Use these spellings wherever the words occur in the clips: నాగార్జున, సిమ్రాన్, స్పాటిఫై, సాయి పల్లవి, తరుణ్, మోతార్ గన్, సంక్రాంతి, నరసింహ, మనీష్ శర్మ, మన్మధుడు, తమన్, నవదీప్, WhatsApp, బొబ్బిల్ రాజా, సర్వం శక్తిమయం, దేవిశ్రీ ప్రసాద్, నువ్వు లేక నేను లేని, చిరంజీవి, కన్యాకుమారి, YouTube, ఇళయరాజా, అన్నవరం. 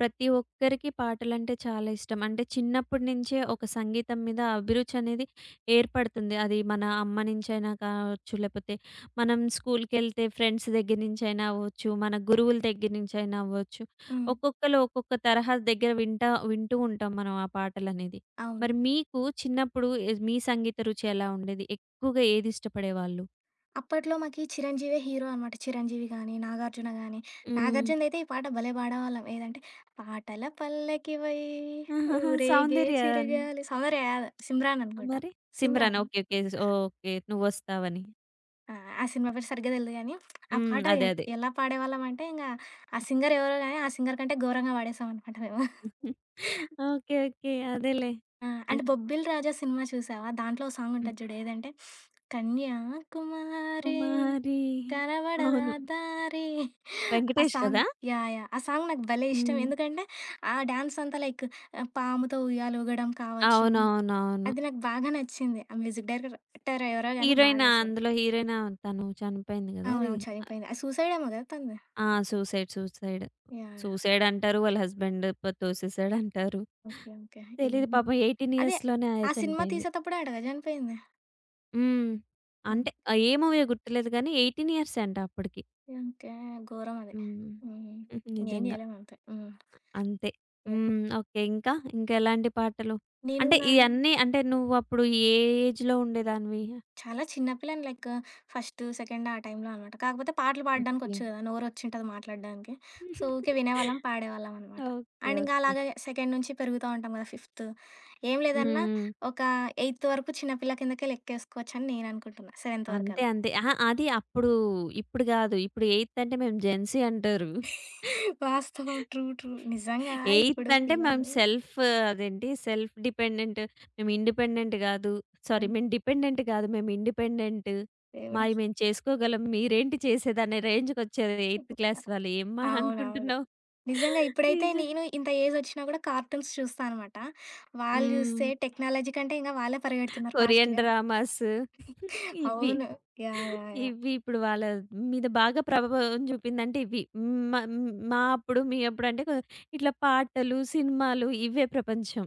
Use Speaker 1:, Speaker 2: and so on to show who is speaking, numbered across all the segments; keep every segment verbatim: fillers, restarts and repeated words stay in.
Speaker 1: ప్రతి ఒక్కరికి పాటలంటే చాలా ఇష్టం. అంటే చిన్నప్పటి నుంచే ఒక సంగీతం మీద అభిరుచి అనేది ఏర్పడుతుంది. అది మన అమ్మ నుంచైనా కావచ్చు, లేపోతే మనం స్కూల్‌కెళ్తే ఫ్రెండ్స్ దగ్గర నుంచైనా అవ్వచ్చు, మన గురువుల దగ్గర నుంచైనా అవ్వచ్చు.
Speaker 2: హ్మ్.
Speaker 1: ఒక్కొక్కళ్ళు ఒక్కొక్క తరహా దగ్గర వింటా వింటూ ఉంటాం మనం ఆ పాటలనేది.
Speaker 2: అవును.
Speaker 1: మరి మీకు చిన్నప్పుడు ఎజ్ మీ సంగీత రుచి ఎలా ఉండేది? ఎక్కువగా ఏది ఇష్టపడేవాళ్ళు?
Speaker 2: అప్పట్లో మాకి 'చిరంజీవే' హీరో అనమాట. 'చిరంజీవి' గాని, 'నాగార్జున' గాని,
Speaker 1: హ్మ్.
Speaker 2: 'నాగార్జున'దయితే ఈ పాట భలే పాడేవాళ్ళం. ఏదంటే, పాటల పల్లకివై
Speaker 1: ఆహాహా!
Speaker 2: ఊరేగే
Speaker 1: సౌందర్య
Speaker 2: చిరగాలి సౌందర్య కాదు, సిమ్రాన్ అనుకుంటా.
Speaker 1: మరి? Simran
Speaker 2: సిమ్రాన్.
Speaker 1: Okay. Okay. Okay. నువ్వొస్తావని.
Speaker 2: ఆ! ఆ సినిమా పేరు సరిగ్గా తెలీదు గానీ, ఆ
Speaker 1: హ్మ్.
Speaker 2: పాట
Speaker 1: అదే.
Speaker 2: ఎ
Speaker 1: అదే.
Speaker 2: ఎలా పాడేవాళ్ళమంటే, ఇంగ ఆ సింగర్ ఎవరో గాని, ఆ సింగర్ కంటే ఘోరంగా పాడేసామనమాట మేము.
Speaker 1: ఓకే. ఓకే. అదేలే.
Speaker 2: ఆ!
Speaker 1: అన్
Speaker 2: అండ్ 'బొబ్బిల్ రాజా' సినిమా చూసావా? దాంట్లో ఓ
Speaker 1: హ్మ్.
Speaker 2: సాంగుంటది చూడు. ఏదంటే, కన్యాకుమారి
Speaker 1: కుమారి
Speaker 2: కనబడదా
Speaker 1: అవును.
Speaker 2: దారి ఆ
Speaker 1: వెంకటేష్
Speaker 2: సాంగ్
Speaker 1: కదా!
Speaker 2: యాహ్! యాహ్! ఆ సాంగ్ నాకు భలే ఇష్టం.
Speaker 1: హ్మ్.
Speaker 2: ఎందుకంటే, ఆ డాన్స్ అంతా లైక్ పాముతో ఉయ్యాల ఊగడం కావచ్చు.
Speaker 1: అవునవునవును.
Speaker 2: అది నాకు బాగా నచ్చింది. ఆ మ్యూజిక్ డైరెక్టర్ ఎవరో గాని బాగా
Speaker 1: హీరోయిన్
Speaker 2: చేశారు.
Speaker 1: అందులో హీరోయిన్ తను చనిపోయింది కదా! రీ
Speaker 2: అవునవును. చనిపోయింది. అది సూసైడ్ ఏమో కదా తనది.
Speaker 1: ఆ! Suicide. Suicide.
Speaker 2: Yeah! Yeah!
Speaker 1: Suicide అంటారు. వాళ్ళ హస్బెండ్ ప తోసేసాడంటారు.
Speaker 2: ఓకే. ఓకే.
Speaker 1: తెలీదు
Speaker 2: ఏమో.
Speaker 1: పాపం పద్దెనిమిది
Speaker 2: అదే
Speaker 1: ఇయర్స్‌లోనే ఆయ
Speaker 2: ఆ సినిమా
Speaker 1: చనిపోయింది.
Speaker 2: తీసేతప్పుడే ఆట కదా చనిపోయింది.
Speaker 1: హ్మ్.
Speaker 2: హ్మ్.
Speaker 1: అంటే ఏ మూవీయో గుర్తులేదు గానీ పద్దెనిమిది ఇయర్సే అంట అప్పటికి.
Speaker 2: ఓకే. ఘోరం అది.
Speaker 1: హ్మ్.
Speaker 2: హ్మ్. ఏం
Speaker 1: నిజంగా.
Speaker 2: చేయలేం అంతే. హ్మ్.
Speaker 1: అంతే.
Speaker 2: యాహ్!
Speaker 1: హ్మ్. ఓకే. ఇంకా? ఇంకెలాంటి పాటలు? అంటే
Speaker 2: 'నేనున్నాను'
Speaker 1: ఇయన్నీ అంటే నువ్వప్పుడు ఏ ఏజ్‌లో ఉండేదానివి?
Speaker 2: చాలా చిన్న పిల్లని లైక్ ఫస్ట్, సెకండ్ ఆ టైంలో అనమాట. కాకపోతే పాటలు
Speaker 1: ఓకే.
Speaker 2: పాడడానికొచ్చు గదా! నోరొచ్చింటది మాట్లాడడానికి. సో, ఊకే వినేవాళ్ళం, పాడేవాళ్ళం అనమాట.
Speaker 1: ఓకే.
Speaker 2: అండ్ ఇంగ
Speaker 1: ఓకే.
Speaker 2: అలాగే సెకండ్ నుంచి పెరుగుతా ఉంటాం గదా! ఫిఫ్త్ ఏం
Speaker 1: హ్మ్.
Speaker 2: లేదన్నా
Speaker 1: హ్మ్.
Speaker 2: ఒక ఎయిత్ వరకు చిన్నపిల్ల కిందకే లెక్కేసుకోవచ్చని నేననుకుంటున్నా. సెవెంత్
Speaker 1: అంతే.
Speaker 2: వరకలా.
Speaker 1: అంతే. అహా! అది అప్పుడు ఇప్పుడు గాదు. ఇప్పుడు ఎయిత్ అంటే మేము జెన్‌సీ అంటారు.
Speaker 2: వాస్తవం. ట్రూ. ట్రూ. నిజంగా
Speaker 1: ఎయిత్
Speaker 2: ఇప్పుడు
Speaker 1: అంటే మేము
Speaker 2: పిల్లలు
Speaker 1: సెల్ఫ్ అదేంటి సెల్ఫ్ డిపెండెంట్. మేము ఇండిపెండెంట్ గాదు. Sorry
Speaker 2: hmm.
Speaker 1: మేము డిపెండెంట్ గాదు. మేము ఇండిపెండెంట్.
Speaker 2: దేవుడా!
Speaker 1: మాయి మేము చేసుకోగలం. మీరేంటి చేసేదనే రేంజ్‌కొచ్చేది ఎయిత్ క్లాస్ వాళ్ళు. ఏం మహా
Speaker 2: అవునవును.
Speaker 1: అనుకుంటున్నావు?
Speaker 2: నిజంగా ఇప్పుడైతే
Speaker 1: నిజం.
Speaker 2: నేను ఇంత ఏజొచ్చినా గూడా కార్టూన్స్ చూస్తా అనమాట. వాళ్ళు జూస్తే
Speaker 1: హ్మ్.
Speaker 2: టెక్నాలజీ కంటే ఇంగా వాళ్ళే పరిగెడుతున్నారు
Speaker 1: కొరియన్
Speaker 2: ఫాస్ట్‌గా.
Speaker 1: డ్రామాస్ ఇవి.
Speaker 2: అవును. యాహ్! యాహ్! యాహ్!
Speaker 1: ఇవి ఇప్పుడు వాళ్ళ మీద బాగా ప్రభావం చూపిందంటే ఇవి. హ్మ్. మ మా అప్పుడు, మీ అప్పుడు అంటే కొ- ఇట్లా పాటలు, సినిమాలు ఇవే ప్రపంచం.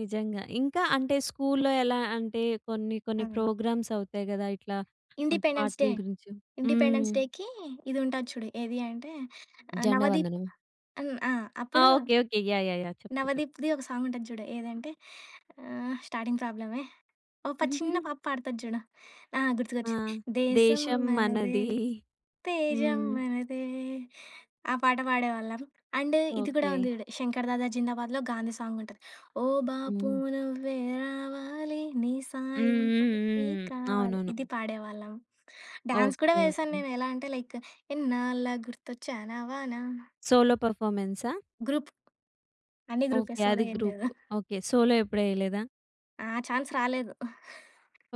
Speaker 1: నిజంగా. ఇంకా అంటే స్కూల్లో ఎలా అంటే కొన్ని కొన్ని
Speaker 2: ఆ!
Speaker 1: ప్రోగ్రామ్స్ అవుతాయి గదా! ఇట్లా ఆహ్,
Speaker 2: ఇండిపెండెన్స్ డే.
Speaker 1: పాటల గురించి. హ్మ్.
Speaker 2: ఇండిపెండెన్స్ డేకి ఇదుంటది చూడు. ఏది అంటే ఆహ్,
Speaker 1: జెండా
Speaker 2: 'నవదీప్'
Speaker 1: వందనం.
Speaker 2: హ్మ్. ఆ!
Speaker 1: ఆ!
Speaker 2: అప్పుడు
Speaker 1: okay. Okay. Yeah! Yeah! Yeah! చెప్పు. చెప్పు.
Speaker 2: 'నవదీప్‌ది' ఒక సాంగుంటది జూడు. ఏదంటే ఆహ్, స్టార్టింగ్ ప్రాబ్లమే. ఓ ప చిన్న పాప పాడుతది జూడు. ఆ!
Speaker 1: ఆ!
Speaker 2: గుర్తుకొచ్చింది. దేశం
Speaker 1: దేశం
Speaker 2: మనదే
Speaker 1: మనది.
Speaker 2: తేజం
Speaker 1: హ్మ్.
Speaker 2: మనదే. ఆ పాట పాడేవాళ్ళం. అండ్ ఇది కూడా
Speaker 1: ఓకే.
Speaker 2: ఉంది చూడు 'శంకర్ దాదా జిందాబాద్‌లో' గాంధీ సాంగ్ ఉంటది. ఓ బాపు
Speaker 1: హ్మ్.
Speaker 2: నువ్వే రావాలి నీ
Speaker 1: హ్మ్.
Speaker 2: సాయం
Speaker 1: హ్మ్.
Speaker 2: మళ్ళీ
Speaker 1: హ్మ్.
Speaker 2: కావాలి
Speaker 1: అవునవును.
Speaker 2: ఇది పాడేవాళ్ళం. డాన్స్ కూడా
Speaker 1: ఓకే.
Speaker 2: వేశాను
Speaker 1: ఓకే.
Speaker 2: నేను. ఎలా అంటే లైక్ ఎన్నాళ్ళ గుర్తొచ్చానావానా
Speaker 1: సోలో పెర్ఫార్మన్సా?
Speaker 2: గ్రూప్ అన్ని గ్రూపే
Speaker 1: ఓకే.
Speaker 2: సోలో
Speaker 1: అది
Speaker 2: ఏం
Speaker 1: గ్రూప్.
Speaker 2: లేదు.
Speaker 1: ఓకే. సోలో ఎప్పుడు ఎయలేదా?
Speaker 2: ఆ ఛాన్స్ రాలేదు.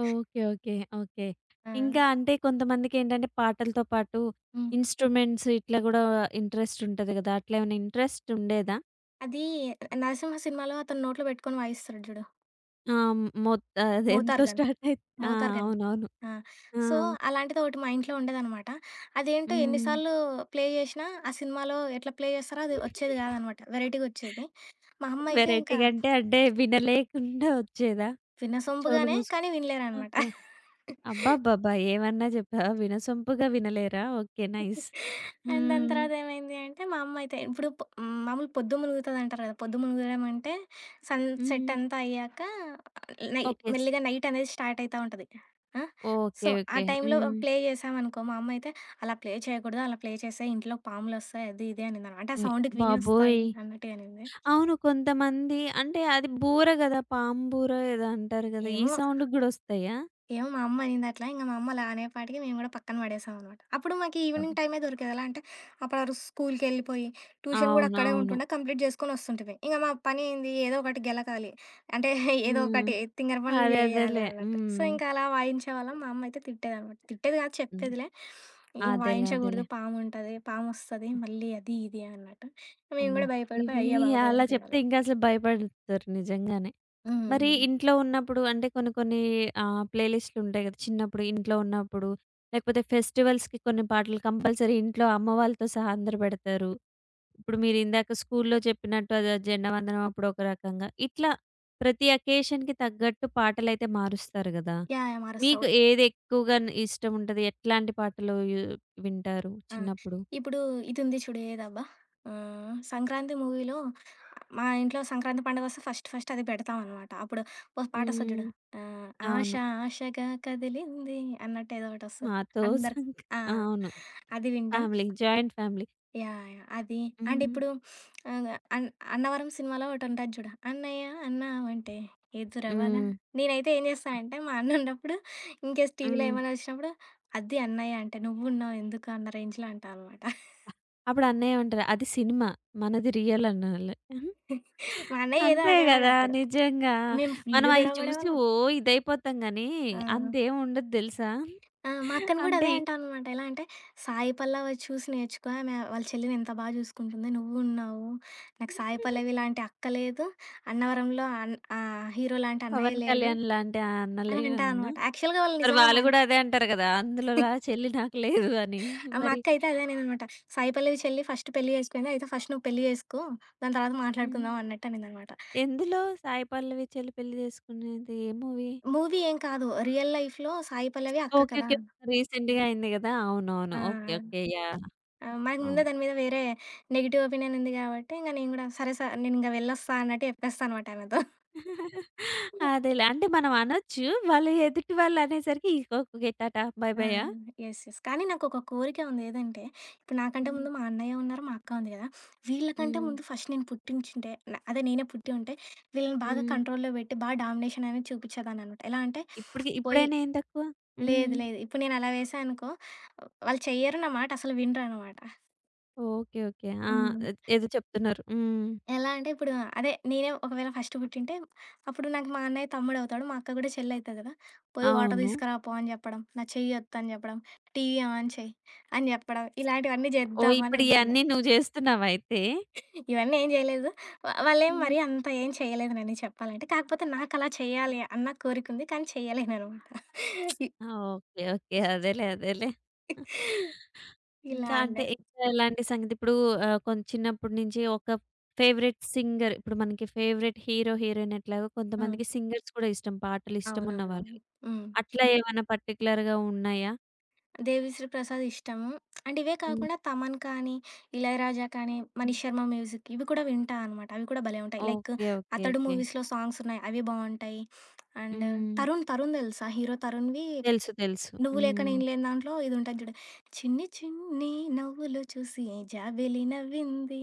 Speaker 1: ఓకే. ఓకే. ఓకే.
Speaker 2: ఆ!
Speaker 1: ఇంకా అంటే కొంతమందికేంటంటే పాటలతో పాటు
Speaker 2: హ్మ్.
Speaker 1: ఇన్‌స్ట్రుమెంట్స్ ఇట్లా గూడా ఇంట్రెస్ట్ ఉంటది గదా! అట్లా ఏమైనా ఇంట్రెస్ట్ ఉండేదా?
Speaker 2: అది 'నరసింహ' సినిమాలో అతను నోట్లో పెట్టుకొని వాయిస్తాడు చూడు.
Speaker 1: ఆహ్, మొత్ అది ఎంతో
Speaker 2: మోతార్ గన్.
Speaker 1: స్టార్ట్ అయి ఆ!
Speaker 2: మోతారు గన్.
Speaker 1: అవునవును.
Speaker 2: ఆ!
Speaker 1: ఆ!
Speaker 2: సో, అలాంటిదొకటి మా ఇంట్లో ఉండేదనమాట. అదేంటో ఎన్ని
Speaker 1: హ్మ్.
Speaker 2: సార్లు ప్లే జేషినా, ఆ సినిమాలో ఎట్లా ప్లే జేస్తారో అది ఒచ్చేది గాదనమాట. వెరైటీగొచ్చేది. మా అమ్మ అయితే ఇంకా
Speaker 1: వెరైటీగా అంటే, అంటే వినలేకుండా ఒచ్చేదా? చెవులు
Speaker 2: వినసొంపుగానే,
Speaker 1: మూసుకు
Speaker 2: కానీ వినలేరనమాట.
Speaker 1: ఓకే. అబ్బబ్బబ్బా! ఏమన్నా చెప్పావా? వినసొంపుగా వినలేరా? ఓకే. నైస్.
Speaker 2: అండ్ దాని
Speaker 1: హ్మ్.
Speaker 2: తర్వాత ఏమైంది అంటే, మా అమ్మ అయితే ఇప్పుడు పొ హ్మ్, మామూలు పొద్దు మునుగుతదంటారు కదా! పొద్దు మునుగడం అంటే సన్‌సెట్
Speaker 1: హ్మ్.
Speaker 2: అంతా అయ్యాక నై
Speaker 1: ఓకే. స్
Speaker 2: మెల్లిగా నైట్ అనేది స్టార్ట్ అయితా ఉంటది. ఆ! So,
Speaker 1: okay.
Speaker 2: ఆ
Speaker 1: ఓకే.
Speaker 2: టైంలో
Speaker 1: హ్మ్.
Speaker 2: ప్లే చేశామనుకో, మా అమ్మ అయితే "అలా ప్లే చేయకూడదు. అలా ప్లే చేస్తే ఇంట్లో పాములొస్తాయి" అది ఇది అనిందనమాట. అంటే ఆ
Speaker 1: ఓయ్
Speaker 2: సౌండ్‌కి విని
Speaker 1: బాబోయ్!
Speaker 2: వస్తాయి అన్నట్టుగా అనింది.
Speaker 1: అవును. కొంతమంది అంటే అది బూర గదా! పాము బూర ఏదో అంటారు గదా! ఈ
Speaker 2: ఏమో
Speaker 1: సౌండ్‌కి గూడా ఒస్తాయా?
Speaker 2: ఏమో మా అమ్మ అనిందట్లా. ఇంక మా అమ్మ అలా అనేపాటికి మేము గూడా పక్కన పడేసామనమాట. అప్పుడు మాకీ
Speaker 1: ఓహో!
Speaker 2: ఈవినింగ్ టైమే దొరికేది. ఎలా అంటే, అప్పుడు ఆ రోజు స్కూల్‌కెళ్ళిపోయి, ట్యూషన్ గూడా అక్కడే
Speaker 1: అవునవును.
Speaker 2: ఉంటుండే, కంప్లీట్ జేసుకొనొస్తుంటిమి. ఇంక మా పని ఏంది, ఏదో ఒకటి గెలకాలి. అంటే, ఏదో హ్మ్.
Speaker 1: హ్మ్.
Speaker 2: ఒకటి తింగర పనులు
Speaker 1: అదే
Speaker 2: జెయ్యాలి
Speaker 1: అదేలే.
Speaker 2: అన్నట్టు. సో,
Speaker 1: హ్మ్.
Speaker 2: ఇంక అలా వాయించేవాళ్ళం. మా అమ్మ అయితే తిట్టేదనమాట. తిట్టేది గాదు,
Speaker 1: హ్మ్.
Speaker 2: చెప్పేదిలే. ఇలా
Speaker 1: అదేలే.
Speaker 2: వాయించగూడదు,
Speaker 1: అదేలే.
Speaker 2: పాముంటది, పామొస్తది, మళ్ళీ అది, ఇది అన్నట్టు. మేము
Speaker 1: అమ్మో!
Speaker 2: గూడా భయపడిపోయి,
Speaker 1: ఇవి
Speaker 2: అయ్య బాబోయ్!
Speaker 1: అలా చెప్తే
Speaker 2: అనుకునేవాళ్ళం.
Speaker 1: ఇంకా అసలు భయపడతారు నిజంగానే. మరి
Speaker 2: హ్మ్.
Speaker 1: ఇంట్లో ఉన్నప్పుడు అంటే కొన్ని కొన్ని ఆహ్, ప్లే లిస్ట్‌లు ఉంటాయి గదా! చిన్నప్పుడు ఇంట్లో ఉన్నప్పుడు లేకపోతే ఫెస్టివల్స్‌కి కొన్ని పాటలు కంపల్సరీ ఇంట్లో అమ్మ వాళ్ళతో సహా అందరూ బెడతారు. ఇప్పుడు మీరిందాక స్కూల్లో చెప్పినట్టు అది జెండా వందనం అప్పుడు ఒక రకంగా. ఇట్లా ప్రతి అకేషన్‌కి తగ్గట్టు పాటలైతే మారుస్తారు గదా!
Speaker 2: యాహ్! యాహ్! మారుస్తా.
Speaker 1: మీకు ఏది ఎక్కువగా న్ ఇష్టముంటది? ఎట్లాంటి పాటలు యు వింటారు
Speaker 2: ఆ!
Speaker 1: చిన్నప్పుడు?
Speaker 2: ఇప్పుడు ఇదుంది చూడు ఏదబ్బా! ఆహ్, 'సంక్రాంతి' మూవీలో మా ఇంట్లో సంక్రాంతి పండగొస్తే ఫస్ట్ ఫస్ట్ అది పెడతామనమాట. అప్పుడు ఓ పాటొస్తది
Speaker 1: హ్మ్.
Speaker 2: జూడు. ఆహ్, 'ఆశ
Speaker 1: అవును.
Speaker 2: 'ఆశగా కదిలింది' అన్నట్టు ఏదో ఒకటొస్తది.
Speaker 1: మాతో
Speaker 2: అందరు
Speaker 1: సంక
Speaker 2: ఆ!
Speaker 1: అవును.
Speaker 2: అది వింటాం.
Speaker 1: Family. Joint family.
Speaker 2: Yeah! Yeah! అది. And
Speaker 1: hmm.
Speaker 2: ఇప్పుడు ఆహ్, అన్ 'అన్నవరం' సినిమాలో ఒకటుంటది చూడు. అన్నయ్య అన్నావంటే ఎదురవ్వనా
Speaker 1: హ్మ్.
Speaker 2: నేనైతే ఏం జేస్తానంటే మా అన్నున్నప్పుడు ఇన్‌కేస్ టీవీలో
Speaker 1: హ్మ్.
Speaker 2: ఏమైనా ఒచ్చినప్పుడు, "అద్ది అన్నయ్య అంటే, నువ్వున్నావు ఎందుకు" అన్న రేంజ్‌లో అంటా అనమాట.
Speaker 1: అప్పుడు అన్నయ్యేమంటారు, "అది సినిమా. మనది రియల్" అనాలి.
Speaker 2: మా అన్నయ్య ఏదో
Speaker 1: అంతే గదా!
Speaker 2: అనేవాడప్పుడు.
Speaker 1: నిజంగా.
Speaker 2: మేము
Speaker 1: మనం
Speaker 2: ఫుల్లు
Speaker 1: అయి
Speaker 2: గొడవ
Speaker 1: చూసి
Speaker 2: పడేవాళ్ళం.
Speaker 1: ఓ ఇదైపోతాం గానీ
Speaker 2: ఆ!
Speaker 1: అంతేం ఉండదు దెలుసా?
Speaker 2: ఆ! మా అక్కని గూడా
Speaker 1: అంటే
Speaker 2: అదే అంటాననమాట. ఎలా అంటే, సాయి పల్లవి చూసి నేర్చుకో. ఆమె వాళ్ళ చెల్లిని ఎంత బాగా చూసుకుంటుందో నువ్వున్నావు. నాకు సాయి పల్లవి లాంటి అక్క లేదు. అన్నవరంలో అన్ ఆహ్, హీరో లాంటి అన్నయ్య
Speaker 1: 'పవన్
Speaker 2: లేడు
Speaker 1: కళ్యాణ్' లాంటి ఆ అన్న
Speaker 2: అని
Speaker 1: లేరన్నా?
Speaker 2: అంటాననమాట. యాక్చువల్‌గా వాళ్ళు
Speaker 1: మరి
Speaker 2: నిజంగా
Speaker 1: వాళ్ళు
Speaker 2: మన్
Speaker 1: గూడా అదే అంటారు గదా! అందులోలా చెల్లి నాకు లేదు అని.
Speaker 2: మా
Speaker 1: మరి
Speaker 2: అక్క అయితే అదే అనేదనమాట. సాయి పల్లవి చెల్లి ఫస్ట్ పెళ్లి చేసుకుంది. అయితే ఫస్ట్ నువ్వు పెళ్లి చేసుకో. దాని తర్వాత
Speaker 1: హ్మ్.
Speaker 2: మాట్లాడుకుందాం అన్నట్టు అనిందనమాట.
Speaker 1: ఎందులో 'సాయి పల్లవి' చెల్లి పెళ్లి చేసుకునేది ఏ మూవీ?
Speaker 2: మూవీ ఏం కాదు. రియల్ లైఫ్‌లో సాయి పల్లవి అక్క
Speaker 1: ఓకే.
Speaker 2: కదా!
Speaker 1: ఓకే. రీసెంట్‌గా అయింది గదా! అవునవును.
Speaker 2: ఆ!
Speaker 1: ఓకే. ఓకే. యాహ్!
Speaker 2: ఆ! మనకు ముందే
Speaker 1: అవును.
Speaker 2: దాని మీద వేరే నెగెటివ్ ఒపీనియన్ ఉంది గాబట్టి, ఇంక నేను గూడా సరే సార్ నేనింక వెళ్ళొస్తా అన్నట్టు చెప్పేస్తా అనమాట ఆమెతో.
Speaker 1: అదేలే. అంటే మనం అనొచ్చు. వాళ్ళు ఎదుటి వాళ్ళు అనేసరికి ఇగ ఓకే టాటా బై
Speaker 2: ఆ!
Speaker 1: బైయ్యా?
Speaker 2: యెస్. యెస్. కానీ నాకొక కోరిక ఉంది. ఏదంటే, ఇప్పుడు నాకంటే
Speaker 1: హ్మ్.
Speaker 2: ముందు మా అన్నయ్య ఉన్నారు, మా అక్క ఉంది గదా! వీళ్ళకంటే
Speaker 1: హ్మ్.
Speaker 2: ముందు ఫస్ట్ నేను పుట్టించుంటే న అదే నేనే పుట్టి ఉంటే, వీళ్ళని బాగా
Speaker 1: హ్మ్.
Speaker 2: కంట్రోల్‌లో పెట్టి, బా డామినేషన్ అనేది చూపిచ్చేదాన్ననమాట. ఎలా అంటే,
Speaker 1: ఇప్పటికి
Speaker 2: పోయి
Speaker 1: ఇప్పుడైనా ఏం తక్కువ?
Speaker 2: లేదు
Speaker 1: హ్మ్.
Speaker 2: లేదు ఇప్పుడు నేనలా వేశా అనుకో, వాళ్ళు చెయ్యరు, నా మాట అసలు వినరనమాట.
Speaker 1: ఓకే. ఓకే. ఆ!
Speaker 2: హ్మ్.
Speaker 1: ఏదో చెప్తున్నారు. హ్మ్.
Speaker 2: ఎలా అంటే ఇప్పుడు అదే నేనే ఒకవేళ ఫస్ట్ పుట్టింటే అప్పుడు నాకు మా అన్నయ్య తమ్ముడు అవుతాడు. మా అక్క కూడా చెల్లి అయితది కదా! పోయి వాటర్ అవును.
Speaker 1: అవును.
Speaker 2: తీసుకురా పో అని చెప్పడం. నా చెయ్యి వద్దు అని చెప్పడం. టీవీ ఆన్ చెయ్యి అని చెప్పడం. ఇలాంటివన్నీ
Speaker 1: ఓహ్!
Speaker 2: చేద్దామని
Speaker 1: ఇప్పుడు
Speaker 2: అనుకున్నా.
Speaker 1: ఇయన్నీ నువ్వు జేస్తున్నావయితే?
Speaker 2: ఇవన్నీ ఏం చేయలేదు. వా వాళ్ళేం
Speaker 1: హ్మ్.
Speaker 2: మరీ అంత ఏం చేయలేదు నన్ను చెప్పాలంటే. కాకపోతే నాకలా చేయాలి అన్న కోరికుంది. కానీ చేయలేననమాట. ఇ
Speaker 1: ఆ! ఓకే. ఓకే. అదేలే. అదేలే.
Speaker 2: ఇలా
Speaker 1: ఇంకా అంటే
Speaker 2: ఉండేది.
Speaker 1: ఇంకా ఎలాంటి సంగతి? ఇప్పుడు ఆహ్, కొంచెం చిన్నప్పటి నుంచి ఒక ఫేవరెట్ సింగర్ ఇప్పుడు మనకి ఫేవరెట్ హీరో, హీరోయిన్ ఎట్లాగో
Speaker 2: హ్మ్.
Speaker 1: కొంతమందికి సింగర్స్ కూడా ఇష్టం. పాటలు ఇష్టమున్న
Speaker 2: అవునవునవును.
Speaker 1: వాళ్ళవి.
Speaker 2: హ్మ్.
Speaker 1: అట్లా ఏమైనా పర్టిక్యులర్‌గా ఉన్నాయా?
Speaker 2: దేవిశ్రీ ప్రసాద్ ఇష్టము. అండ్ ఇవే
Speaker 1: హ్మ్.
Speaker 2: కాకుండా తమన్ కానీ, ఇళయరాజా కానీ, మనీష్ శర్మ మ్యూజిక్ ఇవి కూడా వింటా అనమాట. అవి కూడా భలే ఉంటాయి. Like
Speaker 1: okay. Okay.
Speaker 2: 'Athadu'
Speaker 1: okay.
Speaker 2: మూవీస్‌లో సాంగ్స్ ఉన్నాయి. అవి బావుంటాయి. అండ్
Speaker 1: హ్మ్.
Speaker 2: తరుణ్, తరుణ్ తెలుసా? హీరో తరుణ్‌వి
Speaker 1: తెలుసు. తెలుసు.
Speaker 2: 'నువ్వు లేక
Speaker 1: హ్మ్.
Speaker 2: నేను లేని' దాంట్లో ఇది ఉంటది చూడు. చిన్ని చిన్ని నవ్వులు చూసి జాబిలి నవ్వింది,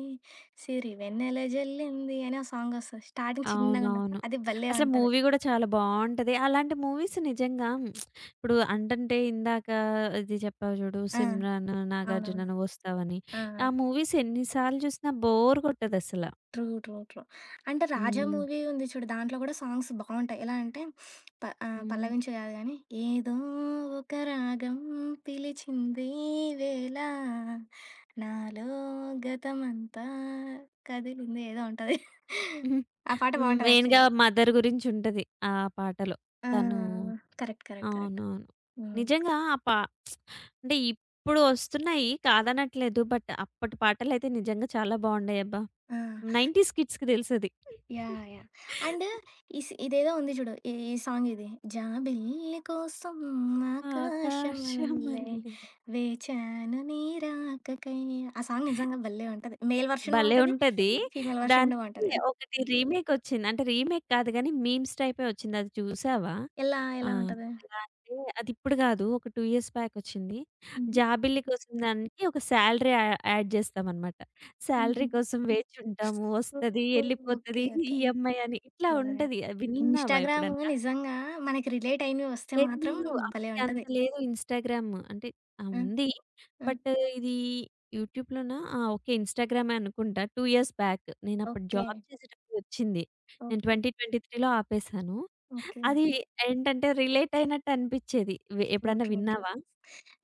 Speaker 2: సిరి వెన్నెల జల్లింది అని ఓ సాంగ్ వస్తది. స్టార్టింగ్ చిన్నగా
Speaker 1: అవునవును.
Speaker 2: ఉన్నప్పుడు అది భలే
Speaker 1: అసలు
Speaker 2: ఉంటది.
Speaker 1: మూవీ గూడా చాలా బావుంటది. అలాంటి మూవీస్ నిజంగా హ్మ్, ఇప్పుడు అంటంటే ఇందాక ఇది చెప్పావు చూడు
Speaker 2: ఆ!
Speaker 1: 'సిమ్రాన్', 'నాగార్జున'
Speaker 2: అవునవును.
Speaker 1: నువ్వొస్తావని.
Speaker 2: ఆ! ఆ!
Speaker 1: ఆ మూవీస్ ఎన్ని సార్లు చూసినా బోర్ కొట్టదసల.
Speaker 2: ట్రూ. ట్రూ. ట్రూ. అంటే 'రాజా'
Speaker 1: హ్మ్.
Speaker 2: మూవీ ఉంది చూడు. దాంట్లో కూడా సాంగ్స్ బావుంటాయి. ఎలా అంటే ప ఆహ్,
Speaker 1: హ్మ్.
Speaker 2: పల్లవించి కాదు గానీ, ఏదో ఒక రాగం పిలిచింది ఈ వేళ నాలో గతమంతా కదిలింది ఏదో ఉంటది.
Speaker 1: హ్మ్.
Speaker 2: ఆ పాట బావుంటది
Speaker 1: మెయిన్‌గా
Speaker 2: యాక్చువల్‌గా.
Speaker 1: మదర్ గురించుంటది ఆ పాటలో.
Speaker 2: ఆ!
Speaker 1: తను
Speaker 2: కరెక్ట్. కరెక్ట్. కరెక్ట్.
Speaker 1: అవునవును.
Speaker 2: హ్మ్.
Speaker 1: నిజంగా ఆ పా అంటే ఇప్పుడు ఒస్తున్నాయి కాదనట్లేదు. బట్ అప్పటి పాటలైతే నిజంగా చాలా బావుండేయబ్బా!
Speaker 2: ఆ!
Speaker 1: తొంబైస్ కిడ్స్‌కి తెలుసది.
Speaker 2: యాహ్! యాహ్! అండ్ ఈ సి ఇదేదో ఉంది చూడు. ఈ ఈ సాంగ్ ఇది. జాబిల్లి కోసం ఆకాశమల్లె
Speaker 1: ఆకాశమల్లె.
Speaker 2: వేచాను నీ రాకకై. ఆ సాంగ్ నిజంగా భలే ఉంటది. మేల్ వర్షన్
Speaker 1: భలే
Speaker 2: బావుంటది.
Speaker 1: ఉంటది.
Speaker 2: ఫీమేల్ వర్షన్ కూడా
Speaker 1: దానికి
Speaker 2: బావుంటది.
Speaker 1: ఒకటి రీమేకొచ్చింది. అంటే రీమేక్ కాదు గానీ, మీమ్స్ టైపే వచ్చింది. అది చూసావా?
Speaker 2: ఎలా
Speaker 1: ఆ!
Speaker 2: ఎలా ఉంటది?
Speaker 1: ఎలా అంటే అదిప్పుడు గాదు. ఒక రెండు ఇయర్స్ బ్యాకొచ్చింది.
Speaker 2: హుహు.
Speaker 1: జాబిల్లి కోసం దానికి ఒక సాలరీ యా యాడ్ జేస్తామనమాట.
Speaker 2: హుహు.
Speaker 1: సాలరీ కోసం వేచి ఉంటాము. వస్తది,
Speaker 2: ఓహో! ఓకే.
Speaker 1: ఎళ్ళిపోతది,
Speaker 2: ఓకే.
Speaker 1: ఈఎంఐ అని ఇట్లా
Speaker 2: యాహ్! యాహ్!
Speaker 1: ఉంటది. విన్నావా
Speaker 2: ఇన్‌స్టాగ్రామ్
Speaker 1: ఎప్పుడన్నా?
Speaker 2: నిజంగా మనకి రిలేట్ అయినవి వస్తే
Speaker 1: లేదు.
Speaker 2: మాత్రం
Speaker 1: లేదు.
Speaker 2: భలే
Speaker 1: అప్పటికి అంత
Speaker 2: ఉంటది.
Speaker 1: లేదు ఇన్‌స్టాగ్రామ్. అంటే ఆ!
Speaker 2: ఆ!
Speaker 1: ఉంది.
Speaker 2: ఆ!
Speaker 1: బట్ ఇది యూట్యూబ్‌లోనా? ఆ! ఓకే. ఇన్‌స్టాగ్రామే అనుకుంటా. రెండు ఇయర్స్ బ్యాక్. నేనప్పుడు
Speaker 2: ఓకే.
Speaker 1: జాబ్ చేసేటప్పుడు వచ్చింది. నేను
Speaker 2: ఓకే.
Speaker 1: రెండు వేల ఇరవై మూడులో ఆపేసాను.
Speaker 2: ఓకే.
Speaker 1: అది ఏంటంటే రిలేట్ అయినట్టు అనిపిచ్చేది. వె
Speaker 2: ట్రూ.
Speaker 1: ఎప్పుడన్నా
Speaker 2: ట్రూ. ట్రూ.
Speaker 1: విన్నావా?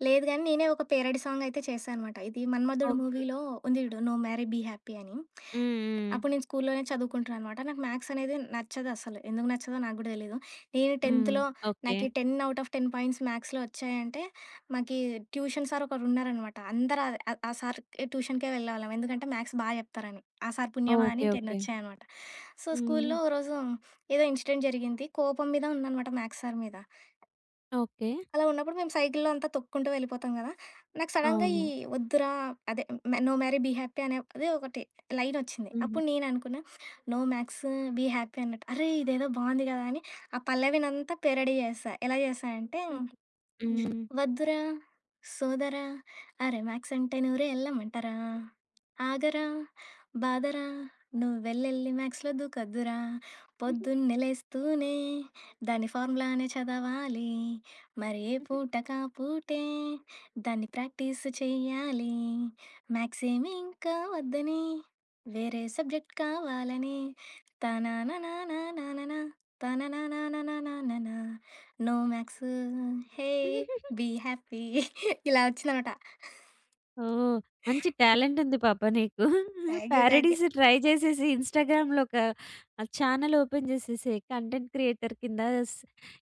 Speaker 2: లేదు గానీ, నేనే ఒక పేరడీ సాంగ్ అయితే చేశా అనమాట. ఇది 'మన్మధుడు'
Speaker 1: ఓకే.
Speaker 2: మూవీలో ఉంది జూడు 'నో మ్యారీ బీ హ్యాపీ' అని.
Speaker 1: హ్మ్. హ్మ్.
Speaker 2: అప్పుడు నేను స్కూల్లోనే చదువుకుంటున్నా అనమాట. నాకు మ్యాథ్స్ అనేది నచ్చదసలు. ఎందుకు నచ్చదో నాకు గూడా తెలీదు. నేను
Speaker 1: హ్మ్.
Speaker 2: 10థ్‌లో
Speaker 1: ఓకే.
Speaker 2: నాకి పది ఔట్ ఆఫ్ పది పాయింట్స్ మ్యాథ్స్‌లో వచ్చాయంటే, మాకి ట్యూషన్ సార్ ఒకరున్నారనమాట. అందరూ అ ఆ ఆ సార్‌కి ట్యూషన్‌కే వెళ్ళేవాళ్ళం. ఎందుకంటే, మ్యాథ్స్ బా జెప్తారని. ఆ సార్ పుణ్యమా అని
Speaker 1: ఓకే.
Speaker 2: పది
Speaker 1: ఓకే.
Speaker 2: వచ్చాయనమాట. సో,
Speaker 1: హ్మ్.
Speaker 2: స్కూల్‌లో ఓ రోజు ఏదో ఇన్సిడెంట్ జరిగింది. కోపం మీద ఉన్నానమాట మ్యాథ్స్ సార్ మీద.
Speaker 1: ఓకే.
Speaker 2: అలా ఉన్నప్పుడు మేము సైకిల్‌లో అంతా తొక్కుంటూ వెళ్ళిపోతాం గదా! నాకు సడెన్‌గా ఈ
Speaker 1: అవును.
Speaker 2: వద్దురా అదే నో మ్యారీ బీ హ్యాపీ అనేది ఒకటి లైనొచ్చింది.
Speaker 1: హుహు.
Speaker 2: అప్పుడు నేననుకున్నా నో మ్యాక్స్ బీ హ్యాపీ అన్నట్టు. అరే! ఇదేదో బావుంది గదా! అని ఆ పల్లవినంతా పేరడీ చేశా. ఎలా చేశా అంటే
Speaker 1: హుహు.
Speaker 2: వద్దురా సోదరా ఆ రిమాక్స్ అంటే నూరే ఎల్లమంటారా ఆగరా బాదరా నువ్వు వెళ్ళెళ్ళి మ్యాక్స్లో దూకొద్దురా పొద్దున్నే లేస్తూనే దాని ఫార్ములానే చదవాలి మరి ఏ పూట కా పూటే దాన్ని ప్రాక్టీస్ చెయ్యాలి మ్యాక్స్ ఏమి ఇంకా వద్దని వేరే సబ్జెక్ట్ కావాలని తనా నా నా నా నా నా తన నా నా నా నా నా నా నో మ్యాక్స్ హే
Speaker 1: హ్మ్.
Speaker 2: బీ హ్యాపీ ఇలా వచ్చిందనమాట.
Speaker 1: ఓహ్! మంచి టాలెంట్ ఉంది పాప నీకు.
Speaker 2: Thank you. Thank you.
Speaker 1: Parodies try చేసేసి ఇన్‌స్టాగ్రామ్‌లో ఒక ఆహ్, ఛానెల్ ఓపెన్ చేసేసేయి. కంటెంట్ క్రియేటర్ కింద స్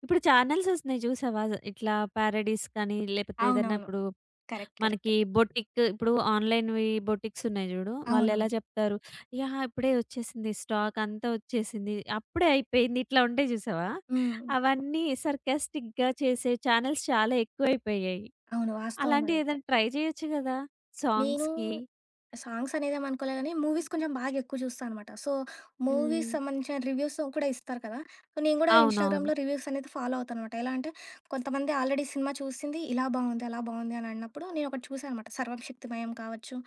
Speaker 1: ఇప్పుడు ఛానెల్స్ వస్తున్నాయి చూసావా? ఇట్లా పారడీస్ కానీ లేకపోతే ఏదన్నా
Speaker 2: అవునవును.
Speaker 1: ఇప్పుడు
Speaker 2: కరెక్ట్. కరెక్ట్.
Speaker 1: మనకి బొటిక్ ఇప్పుడు ఆన్‌లైన్‌వి బొటిక్స్ ఉన్నాయి చూడు. వాళ్ళెలా
Speaker 2: అవునవును.
Speaker 1: చెప్తారు, యాహ్! ఇప్పుడే వచ్చేసింది స్టాక్ అంతా వచ్చేసింది. అప్పుడే అయిపోయింది. ఇట్లా ఉంటాయి చూసావా?
Speaker 2: హ్మ్.
Speaker 1: అవన్నీ సర్కాస్టిక్‌గా చేసే ఛానెల్స్ చాలా ఎక్కువైపోయాయి.
Speaker 2: అవును. వాస్తవం
Speaker 1: అలాంటి
Speaker 2: అదైతే.
Speaker 1: ఏదైనా ట్రై చేయొచ్చు గదా!
Speaker 2: నేను
Speaker 1: సాంగ్స్‌కి.
Speaker 2: సాంగ్స్ అనేదేమనుకోలే గానీ, మూవీస్ కొంచెం బాగా ఎక్కువ చూస్తా అనమాట. సో, మూవీస్
Speaker 1: హ్మ్.
Speaker 2: సంబంధించిన రివ్యూస్ కూడా ఇస్తారు కదా! సో, నేను గూడా
Speaker 1: అవునవును.
Speaker 2: ఇన్‌స్టాగ్రామ్‌లో రివ్యూస్ అనేది ఫాలో అవుతాననమాట. ఎలా అంటే, కొంతమంది ఆల్రెడీ సినిమా చూసింది, ఇలా బావుంది, అలా బావుంది అని అన్నప్పుడు నేనొకటి చూసా అనమాట. 'సర్వం శక్తిమయం' కావచ్చు,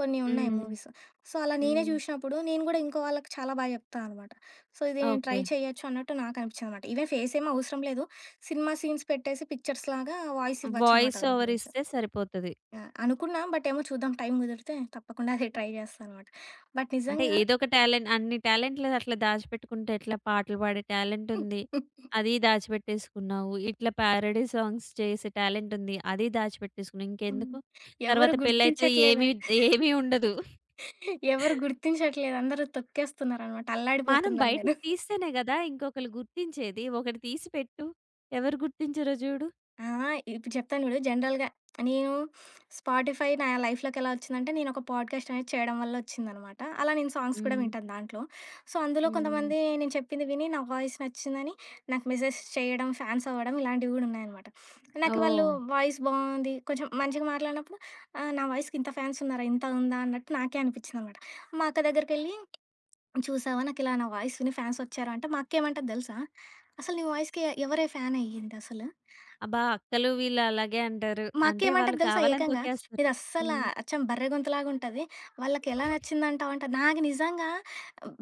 Speaker 2: కొన్ని ఉన్నాయి
Speaker 1: హ్మ్.
Speaker 2: మూవీస్. సో, అలా నేనే
Speaker 1: హ్మ్.
Speaker 2: చూసినప్పుడు నేను గూడా ఇంకో వాళ్ళకి చాలా బా జెప్తా అనమాట. సో, ఇది నేను ట్రై
Speaker 1: ఓకే.
Speaker 2: చేయొచ్చు అన్నట్టు నాకనిపిచ్చిందనమాట. ఈవెన్ ఫేస్ ఏమి అవసరం లేదు. సినిమా సీన్స్ పెట్టేసి పిక్చర్స్‌లాగా వాయిస్ ఇవ్వచ్చనమాట
Speaker 1: వాయిస్ ఓవర్
Speaker 2: దాంట్లోంచి.
Speaker 1: ఇస్తే సరిపోతది.
Speaker 2: యాహ్! అనుకున్నా. బట్ ఏమో చూద్దాం టైం కుదిరితే తప్పకుండా అది ట్రై చేస్తా అనమాట. బట్
Speaker 1: అంటే
Speaker 2: నిజంగా
Speaker 1: ఏదో ఒక టాలెంట్ అన్ని టాలెంట్లు అట్లా దాచిపెట్టుకుంటే ఎట్లా పాటలు పాడే టాలెంట్ ఉంది. అది దాచిపెట్టేసుకున్నావు. ఇట్లా పారడీ సాంగ్స్ చేసే టాలెంట్ ఉంది. అది దాచిపెట్టేసుకున్నావు.
Speaker 2: హ్మ్.
Speaker 1: ఇంకెందుకు?
Speaker 2: ఎవరు
Speaker 1: తర్వాత పెళ్ళైతే
Speaker 2: గుర్తించట్లేదా?
Speaker 1: ఏమి ఏమీ ఉండదు.
Speaker 2: ఎవరు గుర్తించట్లేదు. అందరూ తొక్కేస్తున్నారనమాట.
Speaker 1: మనం
Speaker 2: అల్లాడిపోతున్నాను
Speaker 1: బయటికి
Speaker 2: నేను.
Speaker 1: తీస్తేనే గదా! ఇంకొకళ్ళు గుర్తించేది. ఒకటి తీసి పెట్టు. ఎవరు గుర్తించరో జూడు.
Speaker 2: ఆ! ఇప్పుడు చెప్తాను చూడు. జనరల్‌గా నేను స్పాటిఫై నా లైఫ్‌లోకి ఎలా వచ్చిందంటే, నేను ఒక పాడ్‌కాస్ట్ అనేది చేయడం వల్ల వచ్చిందనమాట. అలా నేను సాంగ్స్ కూడా
Speaker 1: హ్మ్.
Speaker 2: వింటాను దాంట్లో. సో, అందులో
Speaker 1: హ్మ్.
Speaker 2: కొంతమంది నేను చెప్పింది విని నా వాయిస్ నచ్చిందని నాకు మెసేజ్ చేయడం, ఫాన్స్ అవ్వడం ఇలాంటివి కూడా ఉన్నాయన్నమాట. నాకు వాళ్ళు
Speaker 1: ఓహ్!
Speaker 2: వాయిస్ బావుంది, కొంచెం మంచిగా మాట్లాడినప్పుడు ఆహ్, నా వాయిస్‌కి ఇంత ఫాన్స్ ఉన్నారా? ఇంత ఉందా? అన్నట్టు నాకే అనిపించిందనమాట. మా అక్క దగ్గరికెళ్ళి చూసావా? నాకు ఇలా నా వాయిస్ విని ఫాన్స్ వచ్చారు అంటే, మా అక్క ఏమంటది తెలుసా? అసలు నీ వాయిస్‌కి ఎవరే ఫ్యాన్ అయ్యిందసలు?
Speaker 1: అబ్బా! అక్కలు వీళ్ళు అలాగే అంటారు.
Speaker 2: మా
Speaker 1: అంటే వాళ్ళు
Speaker 2: అక్కేమంటది తెలుసా
Speaker 1: కావాలని
Speaker 2: ఏకంగా,
Speaker 1: తొక్కేస్తారు.
Speaker 2: "ఇదస్సల
Speaker 1: హ్మ్.
Speaker 2: అచ్చం బర్రె గొంతులాగుంటది. వాళ్ళకెలా నచ్చిందంటావంట" నాకు నిజంగా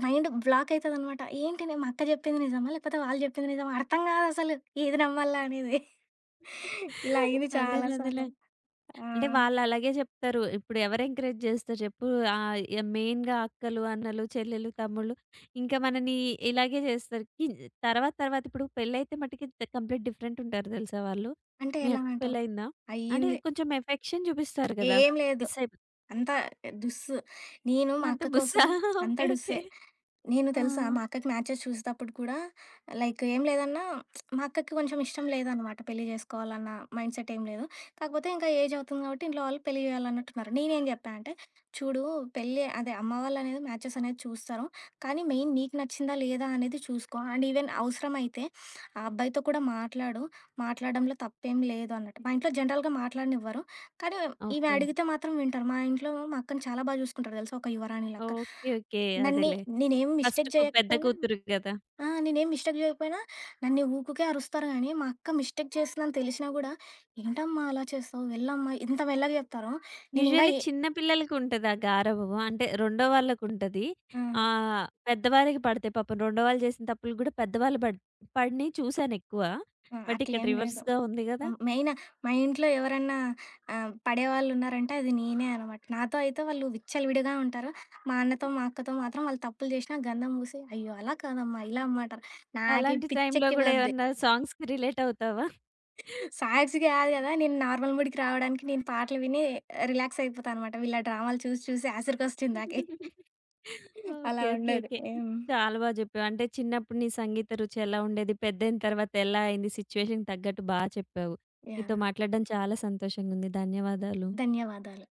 Speaker 2: మైండ్ బ్లాక్ అయితదనమాట. ఏంటి నే మా అక్క చెప్పింది నిజమా? లేకపోతే వాళ్ళు చెప్పింది నిజమా? అర్థం కాదసలు ఏది నమ్మాలా అనేది. ఇలా అయింది ఓకే. చాలా
Speaker 1: అదేలే, అదేలే.
Speaker 2: సార్లు. ఆ!
Speaker 1: అంటే వాళ్ళు అలాగే చెప్తారు. ఇప్పుడు ఎవరు ఎంకరేజ్ చేస్తారు చెప్పు? ఆహ్, య మెయిన్‌గా అక్కలు, అన్నలు, చెల్లెలు, తమ్ముళ్ళు ఇంకా మనని ఇలాగే చేస్తారు. కి తర్వాత తర్వాత ఇప్పుడు పెళ్లయితే మటికి త కంప్లీట్ డిఫరెంట్ ఉంటారు తెలుసా వాళ్ళు.
Speaker 2: అంటే
Speaker 1: మీ
Speaker 2: ఎలా
Speaker 1: అక్కకి
Speaker 2: అంటావు?
Speaker 1: పెళ్లయిందా? అంటే
Speaker 2: అయ్యింది.
Speaker 1: కొంచెం ఎఫెక్షన్ చూపిస్తారు కదా!
Speaker 2: ఏం లేదు.
Speaker 1: మిస్ అయిపో
Speaker 2: అంతా డుస్సు. నేను మా
Speaker 1: అంత
Speaker 2: అక్క కోసం
Speaker 1: బుస్సా?
Speaker 2: అంతా
Speaker 1: ఓకే. ఓకే.
Speaker 2: డుస్సే. నేను
Speaker 1: ఆ!
Speaker 2: తెలుసా! మా అక్కకి మ్యాచెస్ చూసేటప్పుడు కూడా లైక్ ఏం లేదన్నా మా అక్కకి కొంచెం ఇష్టం లేదనమాట పెళ్లి చేసుకోవాలన్న మైండ్ సెట్ ఏం లేదు. కాకపోతే ఇంకా ఏజ్ అవుతుంది కాబట్టి ఇంట్లో వాళ్ళు పెళ్లి చేయాలన్నట్టున్నారు. నేనేం చెప్పా అంటే, "చూడు పెళ్లి అదే అమ్మ వాళ్ళనేది మ్యాచెస్ అనేది చూస్తారు. కానీ మెయిన్ నీకు నచ్చిందా లేదా అనేది చూసుకో. అండ్ ఈవెన్ అవసరమైతే ఆ అబ్బాయితో కూడా మాట్లాడు. మాట్లాడడంలో తప్పేం లేదు" అన్నట్టు. మా ఇంట్లో జనరల్‌గా మాట్లాడనివ్వరు. కానీ ఈమె
Speaker 1: ఓకే.
Speaker 2: అడిగితే మాత్రం వింటారు. మా ఇంట్లో మా అక్కని చాలా బాగా చూసుకుంటారు తెలుసా! ఒక యువరాణి లెక్క.
Speaker 1: ఓకే. ఓకే.
Speaker 2: నన్ని
Speaker 1: అదేలే.
Speaker 2: నేనేం
Speaker 1: ఫస్ట్
Speaker 2: మిస్టేక్
Speaker 1: కు పెద్ద
Speaker 2: జేయకపోయినా
Speaker 1: కూతురు గదా!
Speaker 2: ఆ! నేనేం మిస్టేక్ జేయకపోయినా నన్ను ఊకుకే అరుస్తారు గానీ, మా అక్క మిస్టేక్ చేసిందని తెలిసినా గూడా, "ఏంటమ్మా అలా చేస్తావు? వెళ్ళమ్మా" ఇంత మెల్లగా జెప్తారు. నేనింగా
Speaker 1: యూజువల్లీ
Speaker 2: ఏ
Speaker 1: చిన్న పిల్లలకుంటది ఆ గారాబం. అంటే రెండో వాళ్ళకుంటది.
Speaker 2: ఆ!
Speaker 1: ఆహ్, పెద్దవారికి పడతాయి పాపం. రెండో వాళ్ళు చేసిన తప్పులు గూడా పెద్దవాళ్ళు పడ్ పడినయి చూసానెక్కువ.
Speaker 2: ఆ!
Speaker 1: బట్ ఇక్కడ
Speaker 2: అట్లేం లేదు.
Speaker 1: రివర్స్‌గా ఉంది గదా!
Speaker 2: హ్మ్. మెయిన్ మా ఇంట్లో ఎవరన్నా ఆహ్, పడేవాళ్ళున్నారంటే అది నేనే అనమాట. నాతో అయితే వాళ్ళు విచ్చలవిడిగా ఉంటారు. మా అన్నతో, మా అక్కతో మాత్రం వాళ్ళు తప్పులు జేసినా గంధం పూసి, "అయ్యో! అలా కాదమ్మా, ఇలా అమ్మ" అంటారు. నాకే
Speaker 1: అలాంటి టైంలో గూడా
Speaker 2: పిచ్చెక్కిపోద్ది.
Speaker 1: ఏమన్నా సాంగ్స్‌కి రిలేట్ అవుతావా?
Speaker 2: సాడ్స్ కాదు గదా! నేను నార్మల్ మూడ్‌కి రావడానికి నేను పాటలు విని రిలాక్స్ అయిపోతా అనమాట. వీళ్ళ డ్రామాలు చూసి చూసి ఆసరికొస్తుంది నాకే. అలా
Speaker 1: ఓకే. ఓకే.
Speaker 2: ఉండేది.
Speaker 1: ఓకే.
Speaker 2: హ్మ్.
Speaker 1: చాలా బా జెప్పావు. అంటే చిన్నప్పుడు నీ సంగీత రుచి ఎలా ఉండేది? పెద్దయిన తర్వాత ఎలా అయింది? సిట్యుయేషన్‌కి తగ్గట్టు బా చెప్పావు. నీతో
Speaker 2: యాహ్!
Speaker 1: మాట్లాడడం చాలా సంతోషంగుంది. ధన్యవాదాలు.
Speaker 2: ధన్యవాదాలు.